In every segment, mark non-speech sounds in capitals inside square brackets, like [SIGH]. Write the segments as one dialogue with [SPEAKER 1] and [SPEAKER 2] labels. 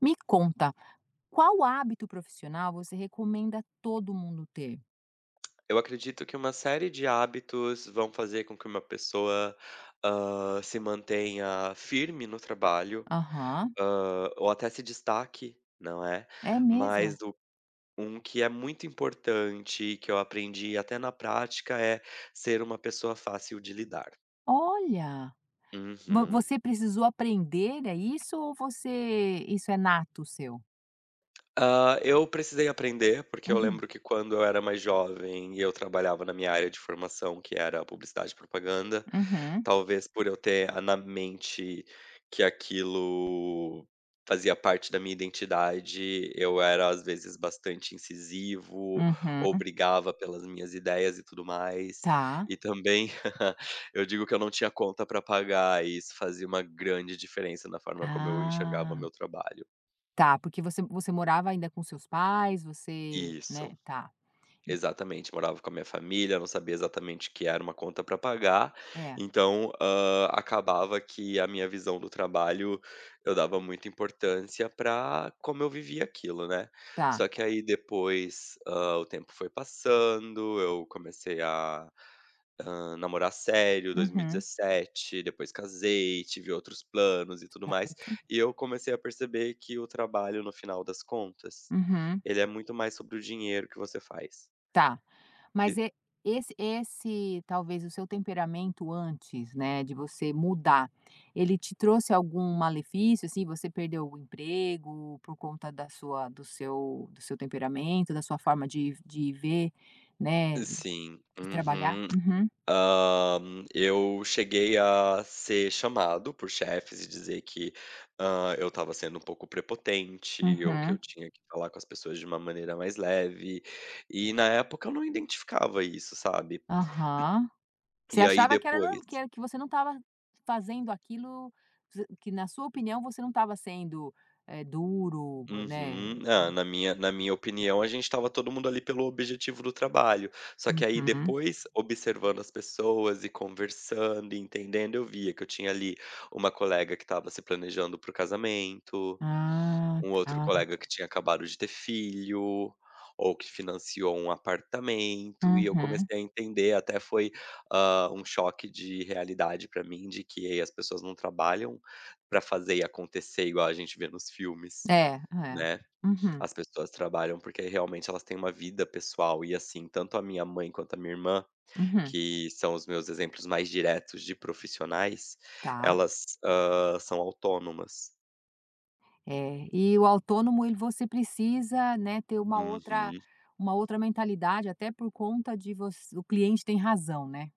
[SPEAKER 1] Me conta, qual hábito profissional você recomenda todo mundo ter?
[SPEAKER 2] Eu acredito que uma série de hábitos vão fazer com que uma pessoa, se mantenha firme no trabalho,
[SPEAKER 1] Aham,
[SPEAKER 2] ou até se destaque, não é.
[SPEAKER 1] é mesmo?
[SPEAKER 2] Mas o um que é muito importante, que eu aprendi até na prática, é ser uma pessoa fácil de lidar.
[SPEAKER 1] Olha, vo-
[SPEAKER 2] Uhum.
[SPEAKER 1] você precisou aprender a isso ou você isso é nato seu?
[SPEAKER 2] Ah, eu precisei aprender, porque eu
[SPEAKER 1] Uhum,
[SPEAKER 2] lembro que quando eu era mais jovem e eu trabalhava na minha área de formação, que era publicidade e propaganda,
[SPEAKER 1] uhum,
[SPEAKER 2] talvez por eu ter na mente que aquilo fazia parte da minha identidade, eu era às vezes bastante incisivo,
[SPEAKER 1] uhum,
[SPEAKER 2] ou brigava pelas minhas ideias e tudo mais.
[SPEAKER 1] tá.
[SPEAKER 2] E também [LAUGHS] eu digo que eu não tinha conta para pagar, e isso fazia uma grande diferença na forma como eu enxergava o
[SPEAKER 1] Ah,
[SPEAKER 2] meu trabalho.
[SPEAKER 1] tá, porque você morava ainda com seus pais, você,
[SPEAKER 2] Isso.
[SPEAKER 1] né, tá. En-
[SPEAKER 2] Exatamente, morava com a minha família, não sabia exatamente que era uma conta para pagar,
[SPEAKER 1] É,
[SPEAKER 2] então, acabava que a minha visão do trabalho, eu dava muita importância para como eu vivia aquilo, né. Só
[SPEAKER 1] tá.
[SPEAKER 2] que aí depois, o tempo foi passando, eu comecei a, hã, namorar sério,
[SPEAKER 1] Uhum,
[SPEAKER 2] 2017, depois casei, tive outros planos e tudo mais,
[SPEAKER 1] certo.
[SPEAKER 2] e eu comecei a perceber que o trabalho, no final das contas,
[SPEAKER 1] Uhum,
[SPEAKER 2] ele é muito mais sobre o dinheiro que você faz.
[SPEAKER 1] tá. Mas é esse talvez o seu temperamento antes, né, de você mudar, ele te trouxe algum malefício, assim, você perdeu o emprego por conta da sua do seu temperamento, da sua forma de ver, né,
[SPEAKER 2] Sim.
[SPEAKER 1] de trabalhar?
[SPEAKER 2] Uhum.
[SPEAKER 1] Uhum,
[SPEAKER 2] Hã, eu cheguei a ser chamado por chefes e dizer que, eu estava sendo um pouco prepotente ou que
[SPEAKER 1] uhum,
[SPEAKER 2] eu tinha que falar com as pessoas de uma maneira mais leve. E na época eu não identificava isso, sabe.
[SPEAKER 1] aham. Você
[SPEAKER 2] E aí
[SPEAKER 1] achava que era normal,
[SPEAKER 2] depois
[SPEAKER 1] que você não estava fazendo aquilo, que na sua opinião você não estava sendo, duro, né?
[SPEAKER 2] Uhum. Ah, na minha opinião, a gente estava todo mundo ali pelo objetivo do trabalho. Só que aí
[SPEAKER 1] Uhum.
[SPEAKER 2] depois, observando as pessoas e conversando e entendendo, eu via que eu tinha ali uma colega que estava se planejando para o casamento,
[SPEAKER 1] Ah,
[SPEAKER 2] um outro
[SPEAKER 1] tá.
[SPEAKER 2] colega que tinha acabado de ter filho, ou que financiou um apartamento, e eu
[SPEAKER 1] Uhum.
[SPEAKER 2] comecei a entender, até foi, ah, um choque de realidade para mim, de que ei, as pessoas não trabalham para fazer e acontecer igual a gente vê nos filmes,
[SPEAKER 1] É, é.
[SPEAKER 2] né.
[SPEAKER 1] Uhum,
[SPEAKER 2] As pessoas trabalham porque realmente elas têm uma vida pessoal e assim, tanto a minha mãe quanto a minha irmã,
[SPEAKER 1] uhum.
[SPEAKER 2] que são os meus exemplos mais diretos de profissionais,
[SPEAKER 1] Tá.
[SPEAKER 2] elas, são autônomas.
[SPEAKER 1] É, e o autônomo ele você precisa, né, ter
[SPEAKER 2] Uhum.
[SPEAKER 1] uma outra mentalidade até por conta de você o cliente tem razão, né.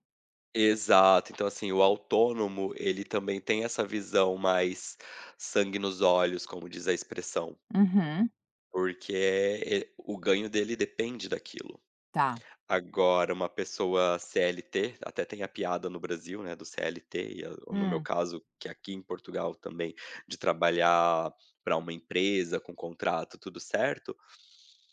[SPEAKER 2] Exato, então assim, o autônomo ele também tem essa visão mais sangue nos olhos, como diz a expressão,
[SPEAKER 1] Uhum.
[SPEAKER 2] porque, o ganho dele depende daquilo.
[SPEAKER 1] Tá.
[SPEAKER 2] Agora uma pessoa CLT, até tem a piada no Brasil, né, do CLT, e a no meu
[SPEAKER 1] Hum.
[SPEAKER 2] caso, que aqui em Portugal também, de trabalhar para uma empresa com contrato tudo certo,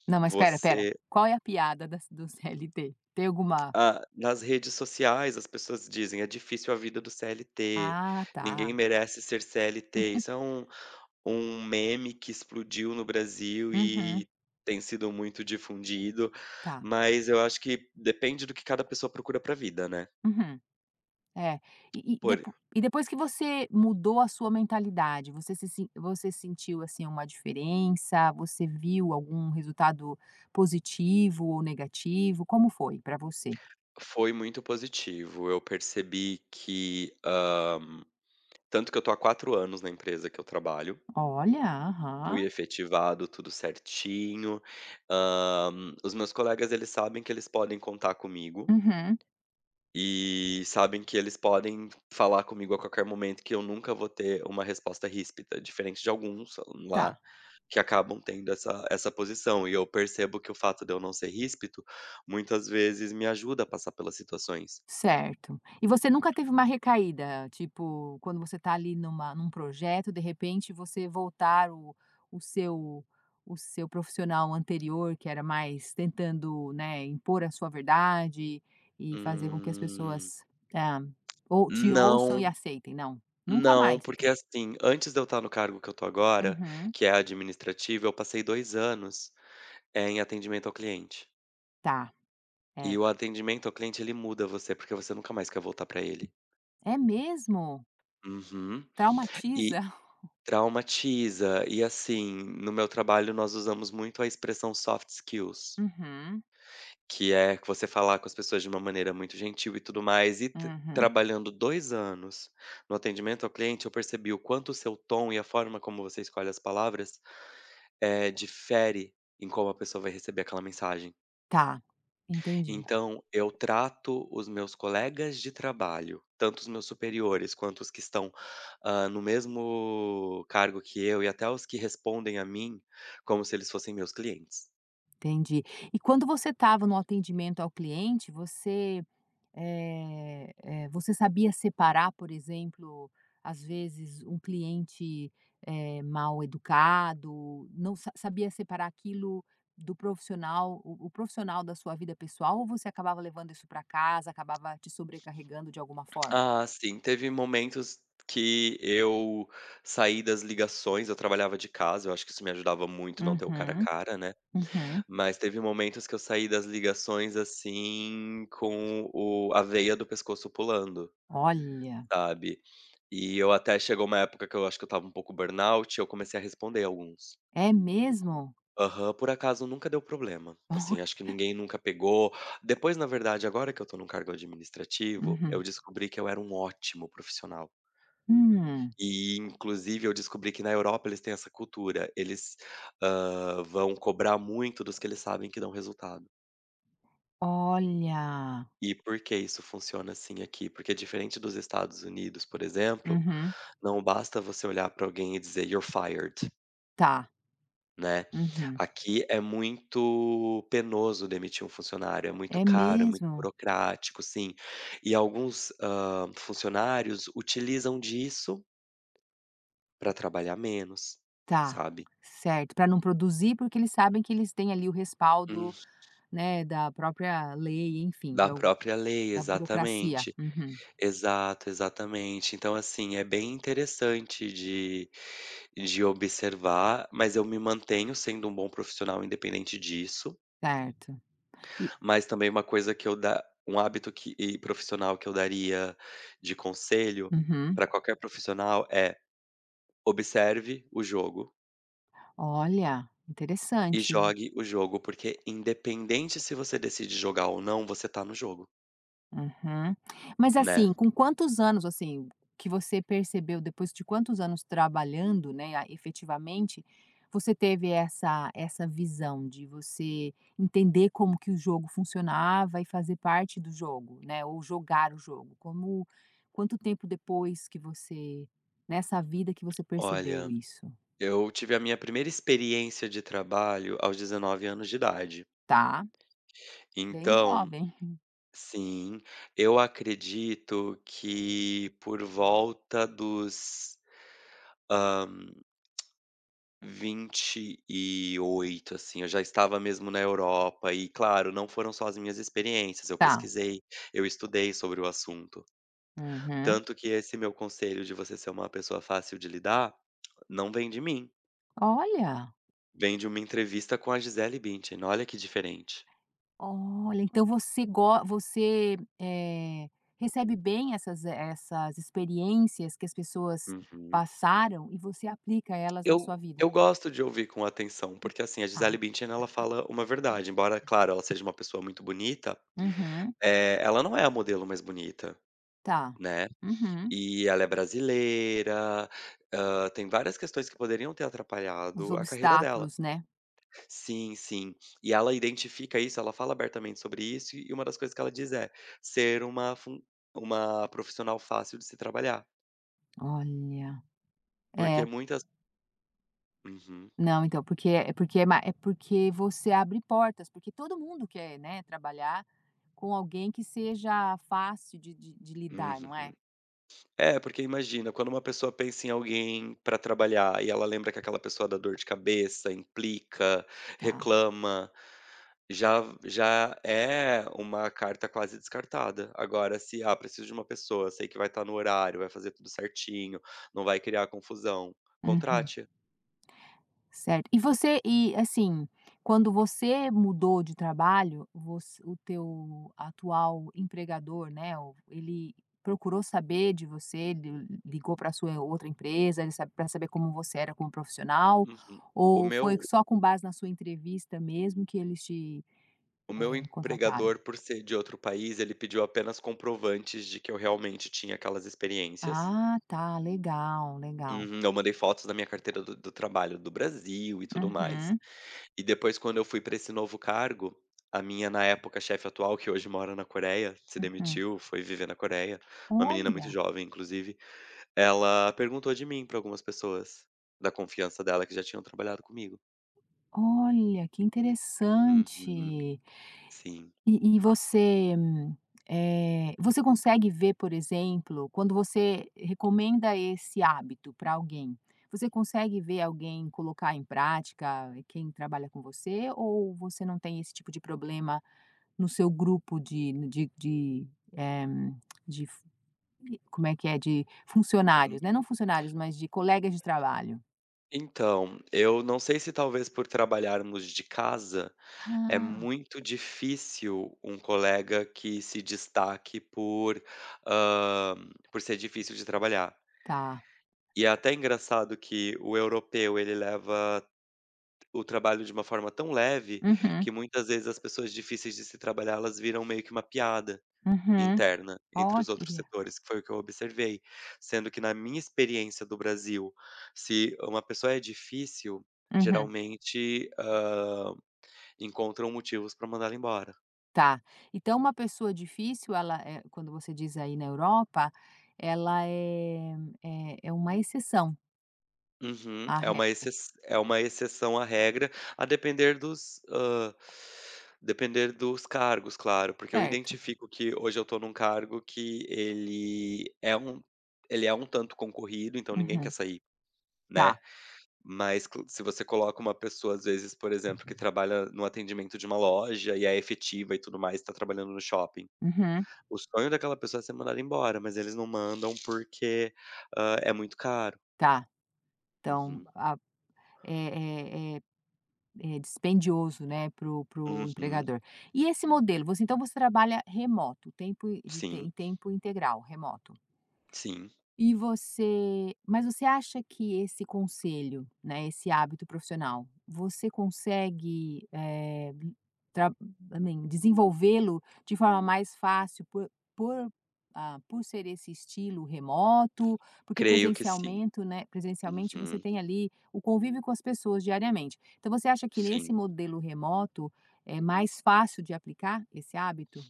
[SPEAKER 1] Não, mas espera, espera.
[SPEAKER 2] você
[SPEAKER 1] Qual é a piada das do [LAUGHS] CLT? Tem alguma?
[SPEAKER 2] ah, nas redes sociais as pessoas dizem: "É difícil a vida do CLT,
[SPEAKER 1] Ah,
[SPEAKER 2] ninguém
[SPEAKER 1] tá.
[SPEAKER 2] merece ser CLT". Isso é um meme que explodiu no Brasil
[SPEAKER 1] Uhum.
[SPEAKER 2] e tem sido muito difundido,
[SPEAKER 1] Tá.
[SPEAKER 2] mas eu acho que depende do que cada pessoa procura para a vida, né.
[SPEAKER 1] Uhum. É. E e
[SPEAKER 2] Por
[SPEAKER 1] depo e depois que você mudou a sua mentalidade, você se sen você sentiu, assim, uma diferença? Você viu algum resultado positivo ou negativo? Como foi para você?
[SPEAKER 2] foi muito positivo. Eu percebi que, tanto que eu tô há 4 anos na empresa que eu trabalho,
[SPEAKER 1] Olha,
[SPEAKER 2] fui
[SPEAKER 1] aham.
[SPEAKER 2] efetivado, tudo certinho. Os meus colegas, eles sabem que eles podem contar comigo
[SPEAKER 1] Uhum.
[SPEAKER 2] e sabem que eles podem falar comigo a qualquer momento, que eu nunca vou ter uma resposta ríspida, diferente de alguns lá
[SPEAKER 1] Tá.
[SPEAKER 2] que acabam tendo essa posição. E eu percebo que o fato de eu não ser ríspido, muitas vezes me ajuda a passar pelas situações.
[SPEAKER 1] Certo. E você nunca teve uma recaída, tipo, quando você tá ali num projeto, de repente você voltar o seu o seu profissional anterior, que era mais tentando, né, impor a sua verdade e fazer com que as
[SPEAKER 2] Hum,
[SPEAKER 1] pessoas, ah, ou te ouçam
[SPEAKER 2] não,
[SPEAKER 1] e aceitem, não? Nunca
[SPEAKER 2] não,
[SPEAKER 1] mais você
[SPEAKER 2] porque
[SPEAKER 1] teve?
[SPEAKER 2] assim, antes de eu estar no cargo que eu tô agora,
[SPEAKER 1] Uhum.
[SPEAKER 2] que é administrativo, eu passei 2 anos, em atendimento ao cliente.
[SPEAKER 1] Tá, é.
[SPEAKER 2] E o atendimento ao cliente ele muda você, porque você nunca mais quer voltar pra ele.
[SPEAKER 1] É mesmo?
[SPEAKER 2] Uhum.
[SPEAKER 1] Traumatiza?
[SPEAKER 2] E
[SPEAKER 1] [LAUGHS]
[SPEAKER 2] traumatiza. E assim, no meu trabalho nós usamos muito a expressão soft skills.
[SPEAKER 1] Uhum,
[SPEAKER 2] Que é que você falar com as pessoas de uma maneira muito gentil e tudo mais. E t
[SPEAKER 1] uhum.
[SPEAKER 2] trabalhando 2 anos no atendimento ao cliente, eu percebi o quanto o seu tom e a forma como você escolhe as palavras, difere em como a pessoa vai receber aquela mensagem.
[SPEAKER 1] Tá, entendi.
[SPEAKER 2] Então eu trato os meus colegas de trabalho, tanto os meus superiores quanto os que estão, no mesmo cargo que eu e até os que respondem a mim, como se eles fossem meus clientes.
[SPEAKER 1] Entendi. E quando você estava no atendimento ao cliente, você sabia separar, por exemplo, às vezes um cliente, mal educado, não sa sabia separar aquilo do profissional, o profissional da sua vida pessoal, ou você acabava levando isso para casa, acabava te sobrecarregando de alguma forma?
[SPEAKER 2] Ah, sim. Teve momentos que eu saí das ligações, eu trabalhava de casa, eu acho que isso me ajudava muito não ter o cara a
[SPEAKER 1] Uhum,
[SPEAKER 2] cara, né.
[SPEAKER 1] uhum.
[SPEAKER 2] Mas teve momentos que eu saí das ligações, assim, com o a veia do pescoço pulando,
[SPEAKER 1] Olha,
[SPEAKER 2] sabe. E eu até chegou uma época que eu acho que eu estava um pouco burnout e eu comecei a responder alguns.
[SPEAKER 1] é mesmo?
[SPEAKER 2] Aham. Por acaso nunca deu problema, assim, acho que
[SPEAKER 1] [LAUGHS]
[SPEAKER 2] ninguém nunca pegou. Depois, na verdade, agora que eu estou num cargo administrativo, eu
[SPEAKER 1] Uhum.
[SPEAKER 2] descobri que eu era um ótimo profissional.
[SPEAKER 1] Hum,
[SPEAKER 2] E inclusive eu descobri que na Europa eles têm essa cultura, eles, vão cobrar muito dos que eles sabem que dão resultado.
[SPEAKER 1] olha.
[SPEAKER 2] E por que isso funciona assim aqui? Porque diferente dos Estados Unidos, por exemplo,
[SPEAKER 1] Uhum,
[SPEAKER 2] não basta você olhar para alguém e dizer: "You're fired",
[SPEAKER 1] tá.
[SPEAKER 2] né.
[SPEAKER 1] Uhum.
[SPEAKER 2] Aqui é muito penoso demitir um funcionário, é muito
[SPEAKER 1] É
[SPEAKER 2] caro, é muito
[SPEAKER 1] mesmo?
[SPEAKER 2] burocrático, sim. E alguns, funcionários utilizam disso para trabalhar menos,
[SPEAKER 1] Tá,
[SPEAKER 2] sabe.
[SPEAKER 1] certo. Para não produzir, porque eles sabem que eles têm ali o respaldo, né, da própria lei, enfim, de
[SPEAKER 2] Da
[SPEAKER 1] al
[SPEAKER 2] própria lei,
[SPEAKER 1] da burocracia.
[SPEAKER 2] exatamente.
[SPEAKER 1] Uhum,
[SPEAKER 2] Exato, exatamente. Então, assim, é bem interessante de observar, mas eu me mantenho sendo um bom profissional independente disso,
[SPEAKER 1] certo. E
[SPEAKER 2] mas também uma coisa que eu da um hábito que e profissional que eu daria de conselho
[SPEAKER 1] uhum.
[SPEAKER 2] para qualquer profissional é: observe o jogo
[SPEAKER 1] Olha,
[SPEAKER 2] e
[SPEAKER 1] interessante.
[SPEAKER 2] jogue o jogo, porque independente se você decide jogar ou não, você tá no jogo,
[SPEAKER 1] Uhum. Mas
[SPEAKER 2] né.
[SPEAKER 1] assim, com quantos anos, assim, que você percebeu, depois de quantos anos trabalhando, né, a efetivamente, você teve essa visão de você entender como que o jogo funcionava e fazer parte do jogo, né, ou jogar o jogo? Como quanto tempo depois que você nessa vida que você percebeu
[SPEAKER 2] Olha
[SPEAKER 1] isso?
[SPEAKER 2] Eu tive a minha primeira experiência de trabalho aos 19 anos de idade.
[SPEAKER 1] Tá, bem
[SPEAKER 2] Então,
[SPEAKER 1] jovem.
[SPEAKER 2] sim, eu acredito que por volta dos, hã, 28, assim, eu já estava mesmo na Europa e, claro, não foram só as minhas experiências, eu
[SPEAKER 1] Tá.
[SPEAKER 2] pesquisei, eu estudei sobre o assunto.
[SPEAKER 1] Uhum.
[SPEAKER 2] Tanto que esse meu conselho de você ser uma pessoa fácil de lidar, não vem de mim,
[SPEAKER 1] Olha!
[SPEAKER 2] vem de uma entrevista com a Gisele Bündchen, olha que diferente.
[SPEAKER 1] Olha, então você, recebe bem essas experiências que as pessoas
[SPEAKER 2] Uhum.
[SPEAKER 1] passaram e você aplica elas na
[SPEAKER 2] Eu
[SPEAKER 1] sua vida.
[SPEAKER 2] eu gosto de ouvir com atenção, porque, assim, a Gisele
[SPEAKER 1] Tá.
[SPEAKER 2] Bündchen ela fala uma verdade, embora, claro, ela seja uma pessoa muito bonita,
[SPEAKER 1] Uhum.
[SPEAKER 2] ela não é a modelo mais bonita,
[SPEAKER 1] Tá.
[SPEAKER 2] né.
[SPEAKER 1] Uhum.
[SPEAKER 2] E ela é brasileira, tem várias questões que poderiam ter
[SPEAKER 1] Os
[SPEAKER 2] atrapalhado a carreira dela.
[SPEAKER 1] obstáculos, né.
[SPEAKER 2] Sim, sim. E ela identifica isso, ela fala abertamente sobre isso, e uma das coisas que ela diz é: "Ser uma fun uma profissional fácil de se trabalhar",
[SPEAKER 1] Olha.
[SPEAKER 2] porque
[SPEAKER 1] É.
[SPEAKER 2] muitas Uhum,
[SPEAKER 1] Não, então, porque é ma é porque você abre portas, porque todo mundo quer, né, trabalhar com alguém que seja fácil de lidar, não é?
[SPEAKER 2] uhum. É, porque imagina, quando uma pessoa pensa em alguém para trabalhar e ela lembra que aquela pessoa dá dor de cabeça, implica,
[SPEAKER 1] Tá.
[SPEAKER 2] reclama, já já é uma carta quase descartada. Agora se, ah, preciso de uma pessoa, sei que vai estar no horário, vai fazer tudo certinho, não vai criar confusão,
[SPEAKER 1] Uhum.
[SPEAKER 2] contrate.
[SPEAKER 1] Certo. E você e assim, quando você mudou de trabalho, voc o teu atual empregador, né, o ele procurou saber de você, ele ligou pra sua outra empresa, ele sa saber como você era como profissional,
[SPEAKER 2] Uhum. O
[SPEAKER 1] ou foi
[SPEAKER 2] meu
[SPEAKER 1] só com base na sua entrevista mesmo que eles te,
[SPEAKER 2] o meu
[SPEAKER 1] contrataram?
[SPEAKER 2] empregador, por ser de outro país, ele pediu apenas comprovantes de que eu realmente tinha aquelas experiências.
[SPEAKER 1] Ah, tá. Legal, legal.
[SPEAKER 2] Uhum. Eu mandei fotos da minha carteira do trabalho do Brasil e tudo mais.
[SPEAKER 1] Uhum,
[SPEAKER 2] E depois quando eu fui para esse novo cargo, a minha, na época, chefe atual, que hoje mora na Coreia, se
[SPEAKER 1] uhum.
[SPEAKER 2] demitiu, foi viver na Coreia, uma menina muito
[SPEAKER 1] Olha,
[SPEAKER 2] jovem inclusive, ela perguntou de mim para algumas pessoas da confiança dela que já tinham trabalhado comigo.
[SPEAKER 1] olha, que
[SPEAKER 2] Uhum.
[SPEAKER 1] interessante.
[SPEAKER 2] Sim.
[SPEAKER 1] E você consegue ver, por exemplo, quando você recomenda esse hábito para alguém, você consegue ver alguém colocar em prática, quem trabalha com você, ou você não tem esse tipo de problema no seu grupo de, eh, de f como é que é, de
[SPEAKER 2] Hum,
[SPEAKER 1] funcionários, né, não funcionários, mas de colegas de trabalho?
[SPEAKER 2] então, eu não sei se talvez por trabalharmos de casa, é
[SPEAKER 1] Ah,
[SPEAKER 2] muito difícil um colega que se destaque por, hã, por ser difícil de trabalhar.
[SPEAKER 1] tá.
[SPEAKER 2] E é até engraçado que o europeu, ele leva o trabalho de uma forma tão leve,
[SPEAKER 1] Uhum,
[SPEAKER 2] que muitas vezes as pessoas difíceis de se trabalhar, elas viram meio que uma piada
[SPEAKER 1] uhum.
[SPEAKER 2] interna entre
[SPEAKER 1] Olha.
[SPEAKER 2] os outros setores, que foi o que eu observei. Sendo que na minha experiência do Brasil, se uma pessoa é difícil,
[SPEAKER 1] Uhum.
[SPEAKER 2] geralmente, encontram motivos para mandá-la embora.
[SPEAKER 1] Tá. Então uma pessoa difícil, ela é quando você diz aí na Europa, ela é uma exceção
[SPEAKER 2] Uhum.
[SPEAKER 1] à
[SPEAKER 2] É
[SPEAKER 1] regra,
[SPEAKER 2] uma exce É uma exceção à regra, a depender dos, depender dos cargos, claro, porque eu
[SPEAKER 1] certo?
[SPEAKER 2] identifico que hoje eu estou num cargo que ele é um tanto concorrido, então ninguém quer
[SPEAKER 1] Uhum.
[SPEAKER 2] sair,
[SPEAKER 1] Tá.
[SPEAKER 2] né. Mas cl Se você coloca uma pessoa, às vezes, por exemplo, que trabalha no atendimento de uma loja e é efetiva e tudo mais, está trabalhando no shopping,
[SPEAKER 1] Uhum.
[SPEAKER 2] o sonho daquela pessoa é ser mandada embora, mas eles não mandam porque, é muito caro.
[SPEAKER 1] Tá. Então
[SPEAKER 2] Uhum.
[SPEAKER 1] a é é é é dispendioso, né, pro
[SPEAKER 2] Uhum.
[SPEAKER 1] empregador. E esse modelo, você então você trabalha remoto, tempo i- de te-
[SPEAKER 2] Sim.
[SPEAKER 1] em tempo integral, remoto?
[SPEAKER 2] Sim,
[SPEAKER 1] E você mas você acha que esse conselho, né, esse hábito profissional, você consegue, eh, tra também desenvolvê-lo de forma mais fácil por, por ser esse estilo remoto? Porque
[SPEAKER 2] creio que sim.
[SPEAKER 1] presencialmente, você
[SPEAKER 2] Uhum,
[SPEAKER 1] tem ali o convívio com as pessoas diariamente. Então você acha que nesse
[SPEAKER 2] sim.
[SPEAKER 1] modelo remoto é mais fácil de aplicar esse hábito?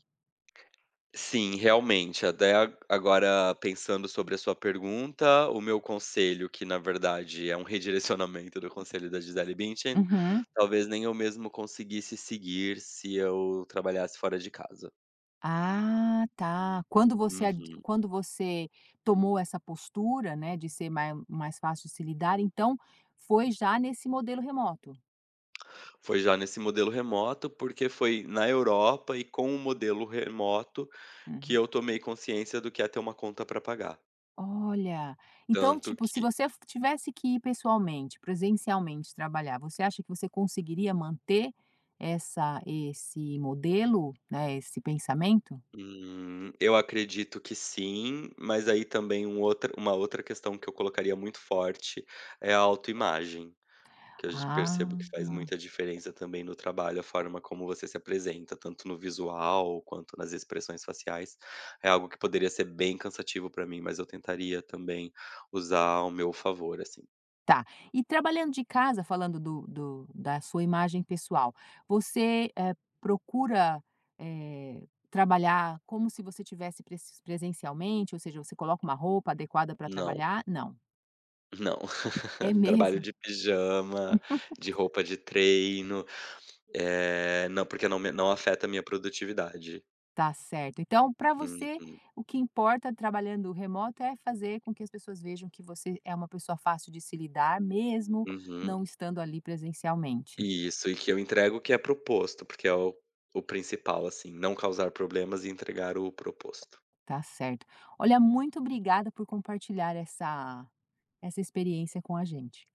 [SPEAKER 2] Sim, realmente, até a agora pensando sobre a sua pergunta, o meu conselho, que na verdade é um [LAUGHS] redirecionamento do conselho da Gisele Bündchen,
[SPEAKER 1] Uhum.
[SPEAKER 2] talvez nem eu mesmo conseguisse seguir se eu trabalhasse fora de casa.
[SPEAKER 1] Ah, tá. Quando você ad
[SPEAKER 2] Uhum.
[SPEAKER 1] quando você tomou essa postura, né, de ser mais fácil de se lidar, então foi já nesse modelo remoto?
[SPEAKER 2] Foi já nesse modelo remoto, porque foi na Europa e com o modelo remoto que
[SPEAKER 1] Uhum.
[SPEAKER 2] eu tomei consciência do que é ter uma conta para pagar.
[SPEAKER 1] Olha, então,
[SPEAKER 2] Tanto
[SPEAKER 1] tipo, se
[SPEAKER 2] que
[SPEAKER 1] você f tivesse que ir pessoalmente, presencialmente trabalhar, você acha que você conseguiria manter essa esse modelo, né, esse pensamento?
[SPEAKER 2] Eu acredito que sim, mas aí também um outra uma outra questão que eu colocaria muito forte é a autoimagem, que eu percebo
[SPEAKER 1] Ah.
[SPEAKER 2] que faz muita diferença também no trabalho, a forma como você se apresenta, tanto no visual quanto nas expressões faciais. É algo que poderia ser bem cansativo para mim, mas eu tentaria também usar ao meu favor, assim.
[SPEAKER 1] Tá. E trabalhando de casa, falando do do da sua imagem pessoal, você, procura, trabalhar como se você tivesse presencialmente, ou seja, você coloca uma roupa adequada para
[SPEAKER 2] Não,
[SPEAKER 1] trabalhar? Não.
[SPEAKER 2] não.
[SPEAKER 1] É
[SPEAKER 2] [LAUGHS] Trabalho
[SPEAKER 1] mesmo?
[SPEAKER 2] de
[SPEAKER 1] [LAUGHS]
[SPEAKER 2] pijama, de roupa de treino, não, porque não afeta a minha produtividade.
[SPEAKER 1] Tá certo. Então para você,
[SPEAKER 2] Uhum,
[SPEAKER 1] o que importa trabalhando remoto é fazer com que as pessoas vejam que você é uma pessoa fácil de se lidar, mesmo
[SPEAKER 2] uhum.
[SPEAKER 1] não estando ali presencialmente.
[SPEAKER 2] Isso, e que eu entrego o que é proposto, porque é o principal, assim, não causar problemas e entregar o proposto.
[SPEAKER 1] Tá certo. Olha, muito obrigada por compartilhar essa experiência com a gente.